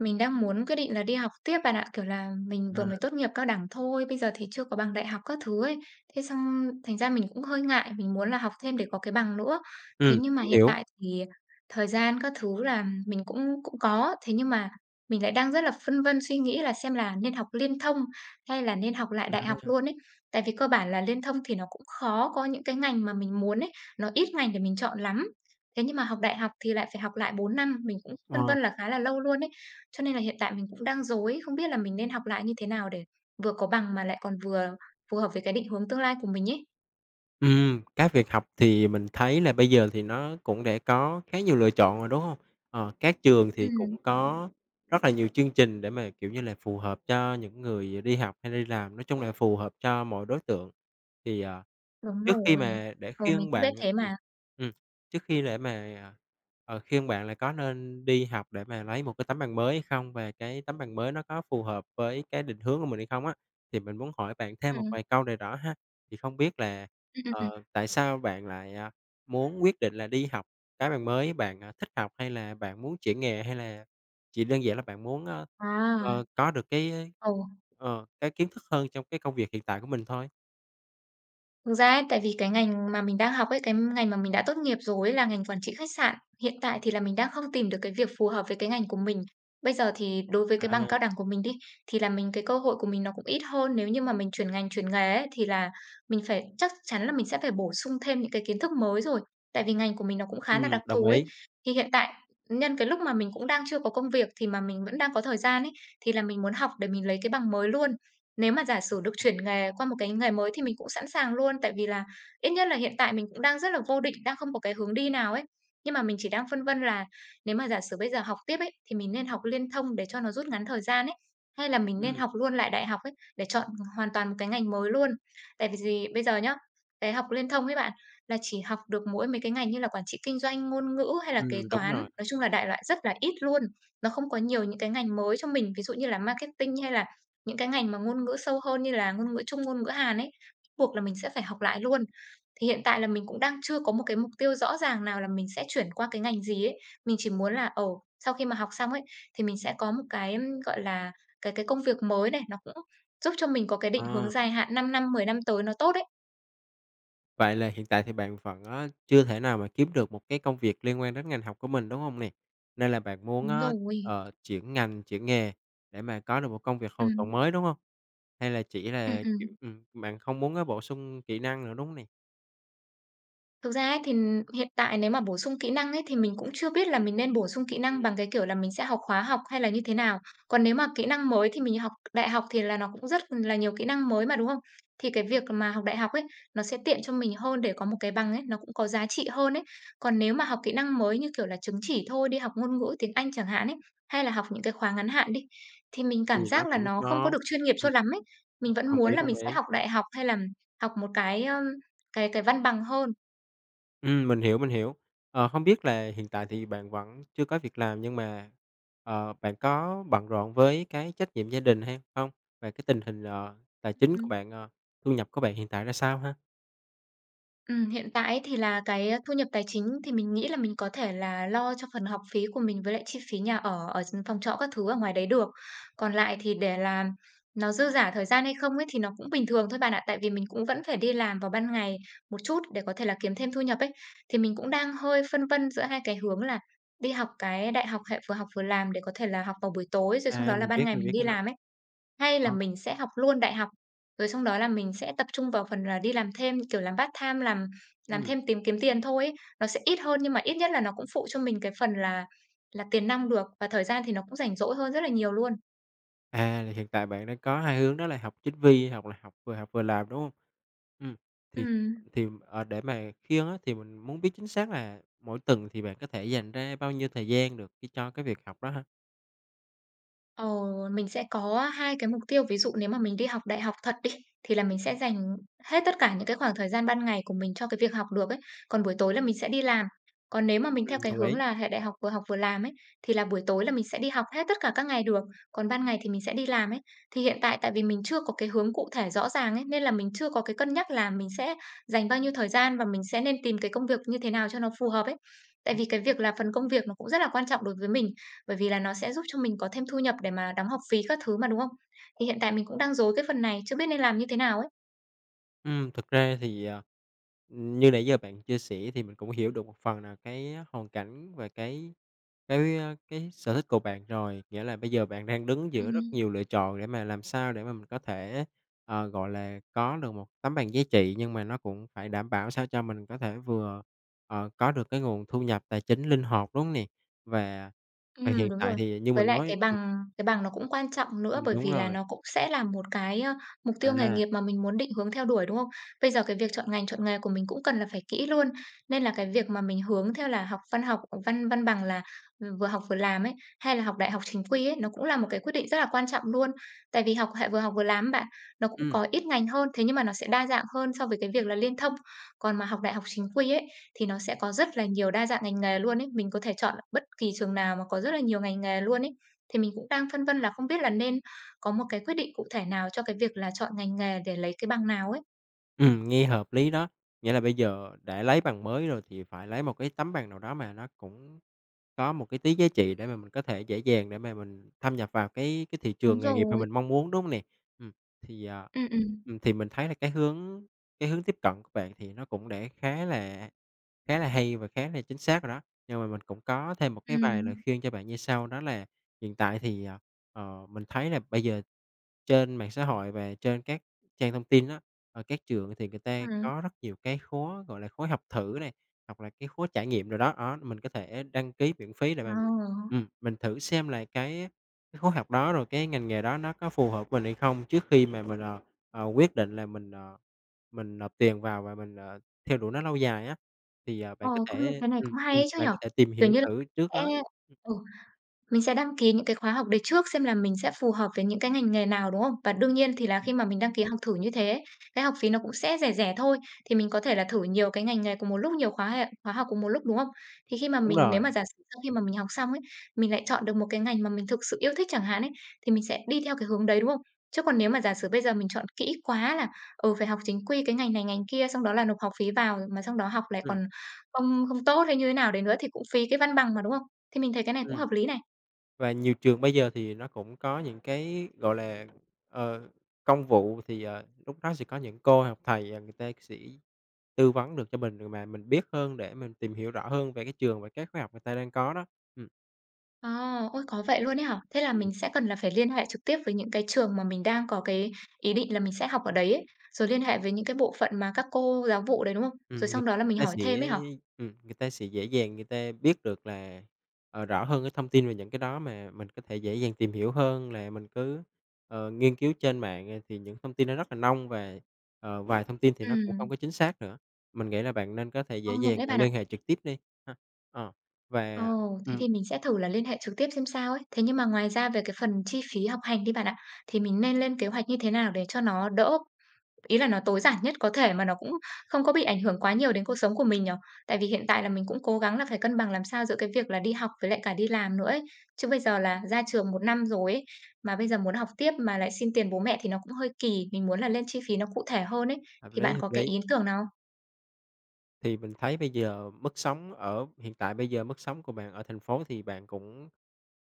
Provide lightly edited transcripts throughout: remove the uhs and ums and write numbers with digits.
Mình đang muốn quyết định là đi học tiếp bạn ạ, kiểu là, mình À, vừa mới tốt nghiệp cao đẳng thôi, bây giờ thì chưa có bằng đại học các thứ ấy. Thế xong thành ra mình cũng hơi ngại, mình muốn là học thêm để có cái bằng nữa. Thế ừm, nhưng mà mình hiện hiểu. tại thì thời gian các thứ là mình cũng cũng có, thế nhưng mà mình lại đang rất là phân vân suy nghĩ là xem là nên học liên thông hay là nên học lại đại học À, luôn ấy. Tại vì cơ bản là liên thông thì nó cũng khó có những cái ngành mà mình muốn ấy, nó ít ngành để mình chọn lắm. Thế nhưng mà học đại học thì lại phải học lại 4 năm, mình cũng phân ờ, vân là khá là lâu luôn ấy. Cho nên là hiện tại mình cũng đang rối, không biết là mình nên học lại như thế nào để vừa có bằng mà lại còn vừa phù hợp với cái định hướng tương lai của mình ấy. Cái việc học thì mình thấy là bây giờ thì nó cũng đã có khá nhiều lựa chọn rồi, đúng hông? Ờ, các trường thì Ừm, cũng có rất là nhiều chương trình để mà, kiểu như là, phù hợp cho những người đi học hay đi làm, nói chung là phù hợp cho mọi đối tượng. Thì, ờ đúng Trước khi rồi. mà để Ừ, mình khuyên cũng bạn biết thế ừm, mà. ừm, trước khi để mà, khuyên bạn là có nên đi học để mà lấy một cái tấm bằng mới hay không, và cái tấm bằng mới nó có phù hợp với cái định hướng của mình hay không á, thì mình muốn hỏi bạn thêm một Ừm, vài câu nào đó ha. Thì không biết là, ừm, ừm, ừm. Tại sao bạn lại, muốn quyết định là đi học cái bằng mới? Bạn, thích học hay là bạn muốn chuyển nghề, hay là chỉ đơn giản là bạn muốn, À, có được cái, ừ. Cái kiến thức hơn trong cái công việc hiện tại của mình thôi? Thực ra ấy, tại vì cái ngành mà mình đang học ấy, cái ngành mà mình đã tốt nghiệp rồi ấy là ngành quản trị khách sạn. Hiện tại thì là mình đang không tìm được cái việc phù hợp với cái ngành của mình. Bây giờ thì đối với À, cái bằng cao đẳng của mình đi, thì là mình cái cơ hội của mình nó cũng ít hơn. Nếu như mà mình chuyển ngành, chuyển nghề ấy, thì là mình phải chắc chắn là mình sẽ phải bổ sung thêm những cái kiến thức mới rồi. Tại vì ngành của mình nó cũng khá là đặc đồng thù ấy. ý. Thì hiện tại nhân cái lúc mà mình cũng đang chưa có công việc thì mà mình vẫn đang có thời gian ấy, thì là mình muốn học để mình lấy cái bằng mới luôn. Nếu mà giả sử được chuyển nghề qua một cái nghề mới thì mình cũng sẵn sàng luôn, tại vì là ít nhất là hiện tại mình cũng đang rất là vô định, đang không có cái hướng đi nào ấy. Nhưng mà mình chỉ đang phân vân là nếu mà giả sử bây giờ học tiếp ấy, thì mình nên học liên thông để cho nó rút ngắn thời gian ấy, hay là mình nên Ừm, học luôn lại đại học ấy, để chọn hoàn toàn một cái ngành mới luôn. Tại vì gì? Bây giờ nhá, cái học liên thông ấy bạn, là chỉ học được mỗi mấy cái ngành như là quản trị kinh doanh, ngôn ngữ hay là kế đúng toán, rồi. nói chung là đại loại rất là ít luôn. Nó không có nhiều những cái ngành mới cho mình, ví dụ như là marketing hay là những cái ngành mà ngôn ngữ sâu hơn như là ngôn ngữ Trung, ngôn ngữ Hàn ấy, buộc là mình sẽ phải học lại luôn. Thì hiện tại là mình cũng đang chưa có một cái mục tiêu rõ ràng nào là mình sẽ chuyển qua cái ngành gì ấy. Mình chỉ muốn là, ồ sau khi mà học xong ấy, thì mình sẽ có một cái, gọi là, cái công việc mới này, nó cũng giúp cho mình có cái định Ờ, hướng dài hạn 5 năm, 10 năm tới nó tốt ấy. vậy là hiện tại thì bạn vẫn, á, chưa thể nào mà kiếm được một cái công việc liên quan đến ngành học của mình, đúng hông nè? Nên là bạn muốn Đúng á, rồi. Chuyển ngành, chuyển nghề để mà có được một công việc Ừ, hoàn toàn mới, đúng hông? Hay là chỉ ừ, là, kiểu ừm. Bạn không muốn á bổ sung kỹ năng nữa, đúng hông nè? Thực ra ấy thì hiện tại nếu mà bổ sung kỹ năng ấy thì mình cũng chưa biết là mình nên bổ sung kỹ năng Ừm, bằng cái kiểu là mình sẽ học khóa học hay là như thế nào. Còn nếu mà kỹ năng mới thì mình học đại học thì là nó cũng rất là nhiều kỹ năng mới mà, đúng không? Thì cái việc mà học đại học ấy, nó sẽ tiện cho mình hơn để có một cái bằng ấy, nó cũng có giá trị hơn ấy. Còn nếu mà học kỹ năng mới như kiểu là chứng chỉ thôi, đi học ngôn ngữ tiếng Anh chẳng hạn ấy, hay là học những cái khóa ngắn hạn đi, thì mình cảm thì nó giác là cũng nó không có có được chuyên nghiệp ừm, cho lắm ấy. Mình vẫn đồng muốn ý, là đồng mình ý. sẽ học đại học hay là học một cái, ơ, cái văn bằng hơn. Ừm, mình hiểu. Ờ, hông biết là hiện tại thì bạn vẫn chưa có việc làm nhưng mà, bạn có bận rộn với cái trách nhiệm gia đình hay không? Và cái tình hình, tài chính Ừm, của bạn, thu nhập của bạn hiện tại ra sao ha? Hiện tại thì là cái, ờ, thu nhập tài chính thì mình nghĩ là mình có thể là lo cho phần học phí của mình với lại chi phí nhà ở ở phòng trọ các thứ ở ngoài đấy được. Còn lại thì để làm nó dư giả thời gian hay không ấy thì nó cũng bình thường thôi bạn ạ, tại vì mình cũng vẫn phải đi làm vào ban ngày một chút để có thể là kiếm thêm thu nhập ấy. Thì mình cũng đang hơi phân vân giữa hai cái hướng là đi học cái đại học hệ vừa học vừa làm để có thể là học vào buổi tối, rồi sau À, đó là mình ban biết, ngày mình mình biết đi cái đó. làm ấy, hay là Ờ, mình sẽ học luôn đại học. Rồi xong đó là mình sẽ tập trung vào phần là đi làm thêm, kiểu, làm part-time, làm ừm, thêm tìm kiếm tiền thôi ấy. Nó sẽ ít hơn nhưng mà ít nhất là nó cũng phụ cho mình cái phần là tiền nong được và thời gian thì nó cũng rảnh rỗi hơn rất là nhiều luôn. Là hiện tại bạn đang có hai hướng đó là học chính quy hoặc là học vừa làm, đúng hông? Ừm, thì Ừm. thì, để mà khiêng á, thì mình muốn biết chính xác là mỗi tuần thì bạn có thể dành ra bao nhiêu thời gian được cái cho cái việc học đó ha? Ờ, mình sẽ có hai cái mục tiêu, ví dụ nếu mà mình đi học đại học thật đi, thì là mình sẽ dành hết tất cả những cái khoảng thời gian ban ngày của mình cho cái việc học được ấy, còn buổi tối là mình sẽ đi làm. Còn nếu mà mình theo cái Đồng hướng ý. là hệ đại học vừa làm ấy, thì là buổi tối là mình sẽ đi học hết tất cả các ngày được, còn ban ngày thì mình sẽ đi làm ấy. Thì hiện tại tại vì mình chưa có cái hướng cụ thể rõ ràng ấy, nên là mình chưa có cái cân nhắc là mình sẽ dành bao nhiêu thời gian và mình sẽ nên tìm cái công việc như thế nào cho nó phù hợp ấy. Tại vì cái việc là phần công việc nó cũng rất là quan trọng đối với mình, bởi vì là nó sẽ giúp cho mình có thêm thu nhập để mà đóng học phí các thứ mà, đúng không? Thì hiện tại mình cũng đang rối cái phần này, chưa biết nên làm như thế nào ấy. Thực ra thì, như nãy giờ bạn chia sẻ thì mình cũng hiểu được một phần là cái hoàn cảnh và cái, cái sở thích của bạn rồi. Nghĩa là bây giờ bạn đang đứng giữa rất Ừm. nhiều lựa chọn để mà làm sao để mà mình có thể, gọi là, có được một tấm bằng giá trị, nhưng mà nó cũng phải đảm bảo sao cho mình có thể vừa, có được cái nguồn thu nhập tài chính linh hoạt, đúng hông nè? Và và hiện Đúng tại rồi. thì như Với mình lại nói cái bằng cái bằng nó cũng quan trọng nữa, bởi đúng vì là rồi, nó cũng sẽ là một cái, ơ, mục tiêu nghề à, nghiệp mà mình muốn định hướng theo đuổi, đúng không? Bây giờ cái việc chọn ngành, chọn nghề của mình cũng cần là phải kỹ luôn, nên là cái việc mà mình hướng theo là học văn văn bằng là, ừ, vừa học vừa làm ấy, hay là học đại học chính quy ấy, nó cũng là một cái quyết định rất là quan trọng luôn. Tại vì học hệ vừa học vừa làm bạn, nó cũng ừm. có ít ngành hơn, thế nhưng mà nó sẽ đa dạng hơn so với cái việc là liên thông. Còn mà học đại học chính quy ấy, thì nó sẽ có rất là nhiều đa dạng ngành nghề luôn ấy. Mình có thể chọn bất kỳ trường nào mà có rất là nhiều ngành nghề luôn ấy. Thì mình cũng đang phân vân là không biết là nên có một cái quyết định cụ thể nào cho cái việc là chọn ngành nghề để lấy cái bằng nào ấy. Nghe hợp lý đó. Nghĩa là bây giờ để lấy bằng mới rồi thì phải lấy một cái tấm bằng nào đó mà nó cũng có một cái tí giá trị để mà mình có thể dễ dàng để mà mình thâm nhập vào cái thị trường Đúng nghề nghiệp mà rồi. mình mong muốn, đúng hông nè? Ừm, thì, à, Ừ, ừ, thì mình thấy là cái hướng tiếp cận của bạn thì nó cũng đã khá là hay và khá là chính xác rồi đó. Nhưng mà mình cũng có thêm một ừ, cái vài lời khuyên cho bạn như sau, đó là hiện tại thì, mình thấy là bây giờ trên mạng xã hội và trên các trang thông tin á, ở các trường thì người ta ừm. có rất nhiều cái khóa, gọi là, khối học thử nè, hoặc là cái khóa trải nghiệm rồi đó, đó, mình có thể đăng ký miễn phí để Ờ, mà mình thử xem là cái khóa học đó, rồi cái ngành nghề đó nó có phù hợp với mình hay không trước khi mà mình, quyết định là mình, mình nộp tiền vào và mình, theo đuổi nó lâu dài á. Thì, ờ, ờ, công nhận cái này cũng hay ấy chứ bạn nhở. có thể tìm Kiểu hiểu như là thử trước sẽ, đó. Ừm, ừ. Mình sẽ đăng ký những cái khóa học đấy trước xem là mình sẽ phù hợp với những cái ngành nghề nào, đúng không? Và đương nhiên thì là khi mà mình đăng ký học thử như thế, cái học phí nó cũng sẽ rẻ rẻ thôi, thì mình có thể là thử nhiều cái ngành nghề cùng một lúc, nhiều khóa học cùng một lúc, đúng không? Thì khi mà đúng mình nếu rồi, mà giả sử sau khi mà mình học xong ấy, mình lại chọn được một cái ngành mà mình thực sự yêu thích chẳng hạn ấy, thì mình sẽ đi theo cái hướng đấy, đúng không? Chứ còn nếu mà giả sử bây giờ mình chọn kỹ quá là, phải học chính quy cái ngành này ngành kia, xong đó là nộp học phí vào, mà xong đó học lại ừm, còn không không tốt hay như thế nào đấy nữa thì cũng phí cái văn bằng mà, đúng không? Thì mình thấy cái này cũng ừm, hợp lý này. và nhiều trường bây giờ thì nó cũng có những cái, gọi là, ờ, công vụ thì, lúc đó sẽ có những cô hoặc thầy, người ta sẽ tư vấn được cho mình rồi mà mình biết hơn để mình tìm hiểu rõ hơn về cái trường và các khóa học người ta đang có đó. Ừm, Ờ, ôi, có vậy luôn ấy hả? Thế là Ừm. mình sẽ cần là phải liên hệ trực tiếp với những cái trường mà mình đang có cái ý định là mình sẽ học ở đấy ấy, rồi liên hệ với những cái bộ phận mà các cô giáo vụ đấy, đúng không? Rồi ừm, người sau đó là mình ta hỏi sẽ thêm ấy hả? Người ta sẽ dễ dàng người ta biết được là, rõ hơn cái thông tin về những cái đó mà mình có thể dễ dàng tìm hiểu hơn là mình cứ, nghiên cứu trên mạng, thì những thông tin nó rất là nông và, vài thông tin thì Ừ, nó cũng không có chính xác nữa. Mình nghĩ là bạn nên có thể dễ công nhận dàng, đấy bạn ạ. liên hệ trực tiếp đi ha. Ờ, Ờ, và thế ừm, thì mình sẽ thử là liên hệ trực tiếp xem sao ấy. Thế nhưng mà ngoài ra về cái phần chi phí học hành đi bạn ạ, thì mình nên lên kế hoạch như thế nào để cho nó đỡ. Ý là nó tối giản nhất có thể mà nó cũng không có bị ảnh hưởng quá nhiều đến cuộc sống của mình nhỉ? Tại vì hiện tại là mình cũng cố gắng là phải cân bằng làm sao giữa cái việc là đi học với lại cả đi làm nữa ấy. Chứ bây giờ là ra trường 1 năm rồi ấy, mà bây giờ muốn học tiếp mà lại xin tiền bố mẹ thì nó cũng hơi kỳ, mình muốn là lên chi phí nó cụ thể hơn ấy. hợp Thì lý, bạn hợp có cái lý. ý tưởng nào không? Thì mình thấy bây giờ mức sống ở hiện tại bây giờ mức sống của bạn ở thành phố thì bạn cũng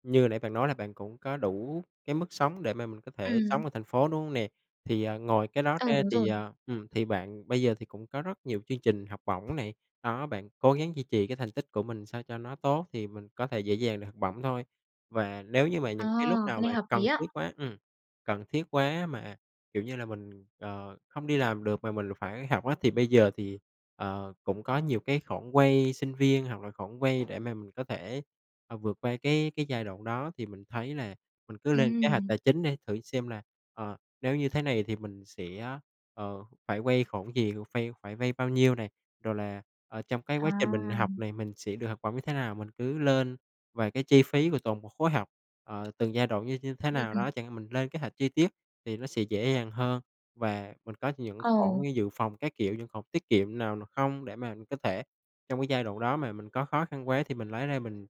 như nãy bạn nói là bạn cũng có đủ cái mức sống để mà mình có thể sống Ừm, ở thành phố, đúng không nè? Thì, ngoài cái đó ừ, ra đúng thì, rồi. Thì bạn bây giờ thì cũng có rất nhiều chương trình học bổng này, đó, bạn cố gắng duy trì cái thành tích của mình sao cho nó tốt thì mình có thể dễ dàng được học bổng thôi. Và nếu như mà Ờ, những cái lúc nào cái mà này hợp cần lý á. thiết quá ừm, cần thiết quá mà, kiểu như là, mình, không đi làm được mà mình phải học á, thì bây giờ thì ờ, cũng có nhiều cái khoản vay sinh viên hoặc là khoản vay để mà mình có thể, vượt qua cái giai đoạn đó thì mình thấy là mình cứ Ừ, lên kế hoạch tài chính để thử xem là, nếu như thế này thì mình sẽ, phải vay khoản gì, phải phải vay bao nhiêu này, rồi là, trong cái quá trình mình à, học này mình sẽ được học bổng như thế nào, mình cứ lên về cái chi phí của toàn bộ khối học, từng giai đoạn như như thế ừm, nào đó ừm, chẳng hạn, mình lên kế hoạch chi tiết thì nó sẽ dễ dàng hơn. Và mình có những sổ ồ, dự phòng các kiểu, những khoản tiết kiệm nào n không để mà mình có thể trong cái giai đoạn đó mà mình có khó khăn quá thì mình lấy ra mình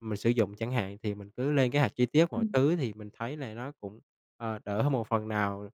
mình sử dụng chẳng hạn, thì mình cứ lên kế hoạch chi tiết mọi ừm. thứ thì mình thấy là nó cũng, đỡ hơn một phần nào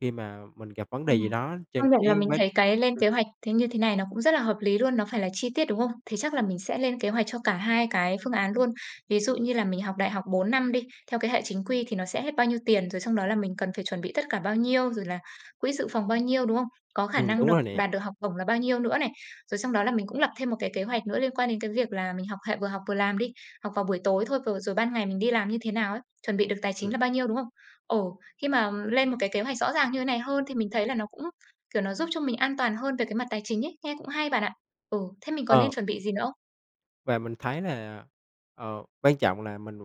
khi mà mình gặp vấn đề Ừm, gì đó trên công nhận là cái mình quá thấy cái lên ừm, kế hoạch thế như thế này nó cũng rất là hợp lý luôn, nó phải là chi tiết, đúng không? Thế chắc là mình sẽ lên kế hoạch cho cả hai cái phương án luôn. Ví dụ như là mình học đại học 4 năm đi, theo cái hệ chính quy thì nó sẽ hết bao nhiêu tiền, rồi trong đó là mình cần phải chuẩn bị tất cả bao nhiêu, rồi là quỹ dự phòng bao nhiêu, đúng không? Có khả năng đúng được rồi nè, đạt được học bổng là bao nhiêu nữa này. Rồi trong đó là mình cũng lập thêm một cái kế hoạch nữa liên quan đến cái việc là mình học hệ vừa học vừa làm đi, học vào buổi tối thôi, rồi rồi ban ngày mình đi làm như thế nào ấy, chuẩn bị được tài chính ừm. là bao nhiêu, đúng không? Ồ. Khi mà lên một cái kế hoạch rõ ràng như thế này hơn thì mình thấy là nó cũng, kiểu, nó giúp cho mình an toàn hơn về cái mặt tài chính ấy, nghe cũng hay bạn ạ. Ừ, thế mình có Ờ. nên chuẩn bị gì nữa không? Và mình thấy là, quan trọng là mình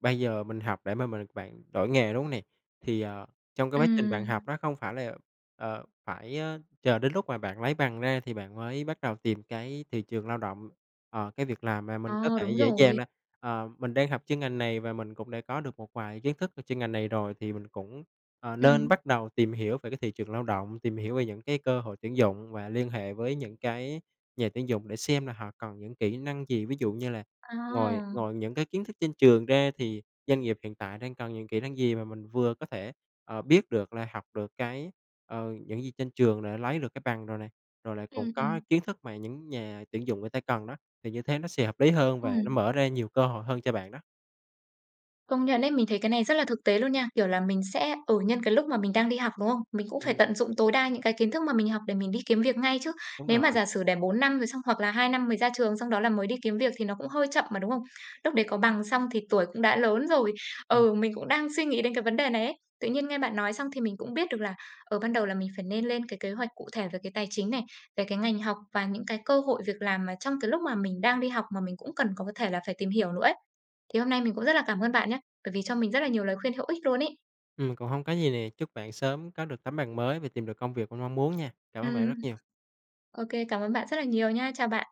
bây giờ mình học để mà mình bạn đổi nghề, đúng hông nè? Thì, trong cái quá trình bạn học Ừm, đó không phải là, phải, chờ đến lúc mà bạn lấy bằng ra thì bạn mới bắt đầu tìm cái thị trường lao động, cái việc làm mà mình có ờ, thể đúng dễ dàng rồi. là, mình đang học chuyên ngành này và mình cũng đã có được một vài kiến thức về chuyên ngành này rồi thì mình cũng ờ, nên Ừm, bắt đầu tìm hiểu về cái thị trường lao động, tìm hiểu về những cái cơ hội tuyển dụng và liên hệ với những cái nhà tuyển dụng để xem là họ cần những kỹ năng gì. Ví dụ như là ngoài à, ngoài những cái kiến thức trên trường ra thì doanh nghiệp hiện tại đang cần những kỹ năng gì mà mình vừa có thể, biết được là học được cái, những gì trên trường để lấy được cái bằng rồi này, rồi lại cũng ừm, có ừm, kiến thức mà những nhà tuyển dụng người ta cần đó, thì như thế nó sẽ hợp lý hơn và nó ừm. mở ra nhiều cơ hội hơn cho bạn đó. Công nhận đấy, mình thấy cái này rất là thực tế luôn nha. Kiểu là mình sẽ ở nhân cái lúc mà mình đang đi học, đúng không? Mình cũng phải Ừm, tận dụng tối đa những cái kiến thức mà mình học để mình đi kiếm việc ngay chứ. đúng Nếu mà rồi. giả sử để 4 năm rồi xong hoặc là 2 năm mới ra trường xong đó là mới đi kiếm việc thì nó cũng hơi chậm mà, đúng không? Lúc đấy có bằng xong thì tuổi cũng đã lớn rồi. Ừm. Ừ, mình cũng đang suy nghĩ đến cái vấn đề này ấy. Tự nhiên nghe bạn nói xong thì mình cũng biết được là ở ban đầu là mình phải nên lên cái kế hoạch cụ thể về cái tài chính này, về cái ngành học và những cái cơ hội việc làm mà trong cái lúc mà mình đang đi học mà mình cũng cần có thể là phải tìm hiểu nữa ấy. Thì hôm nay mình cũng rất là cảm ơn bạn nhé bởi vì cho mình rất là nhiều lời khuyên hữu ích luôn ý. Cũng hông có gì nè, chúc bạn sớm có được tấm bằng mới và tìm được công việc mình mong muốn nha. Cảm ơn bạn Ừm, rất nhiều. ô cảm ơn bạn rất là nhiều nha. Chào bạn.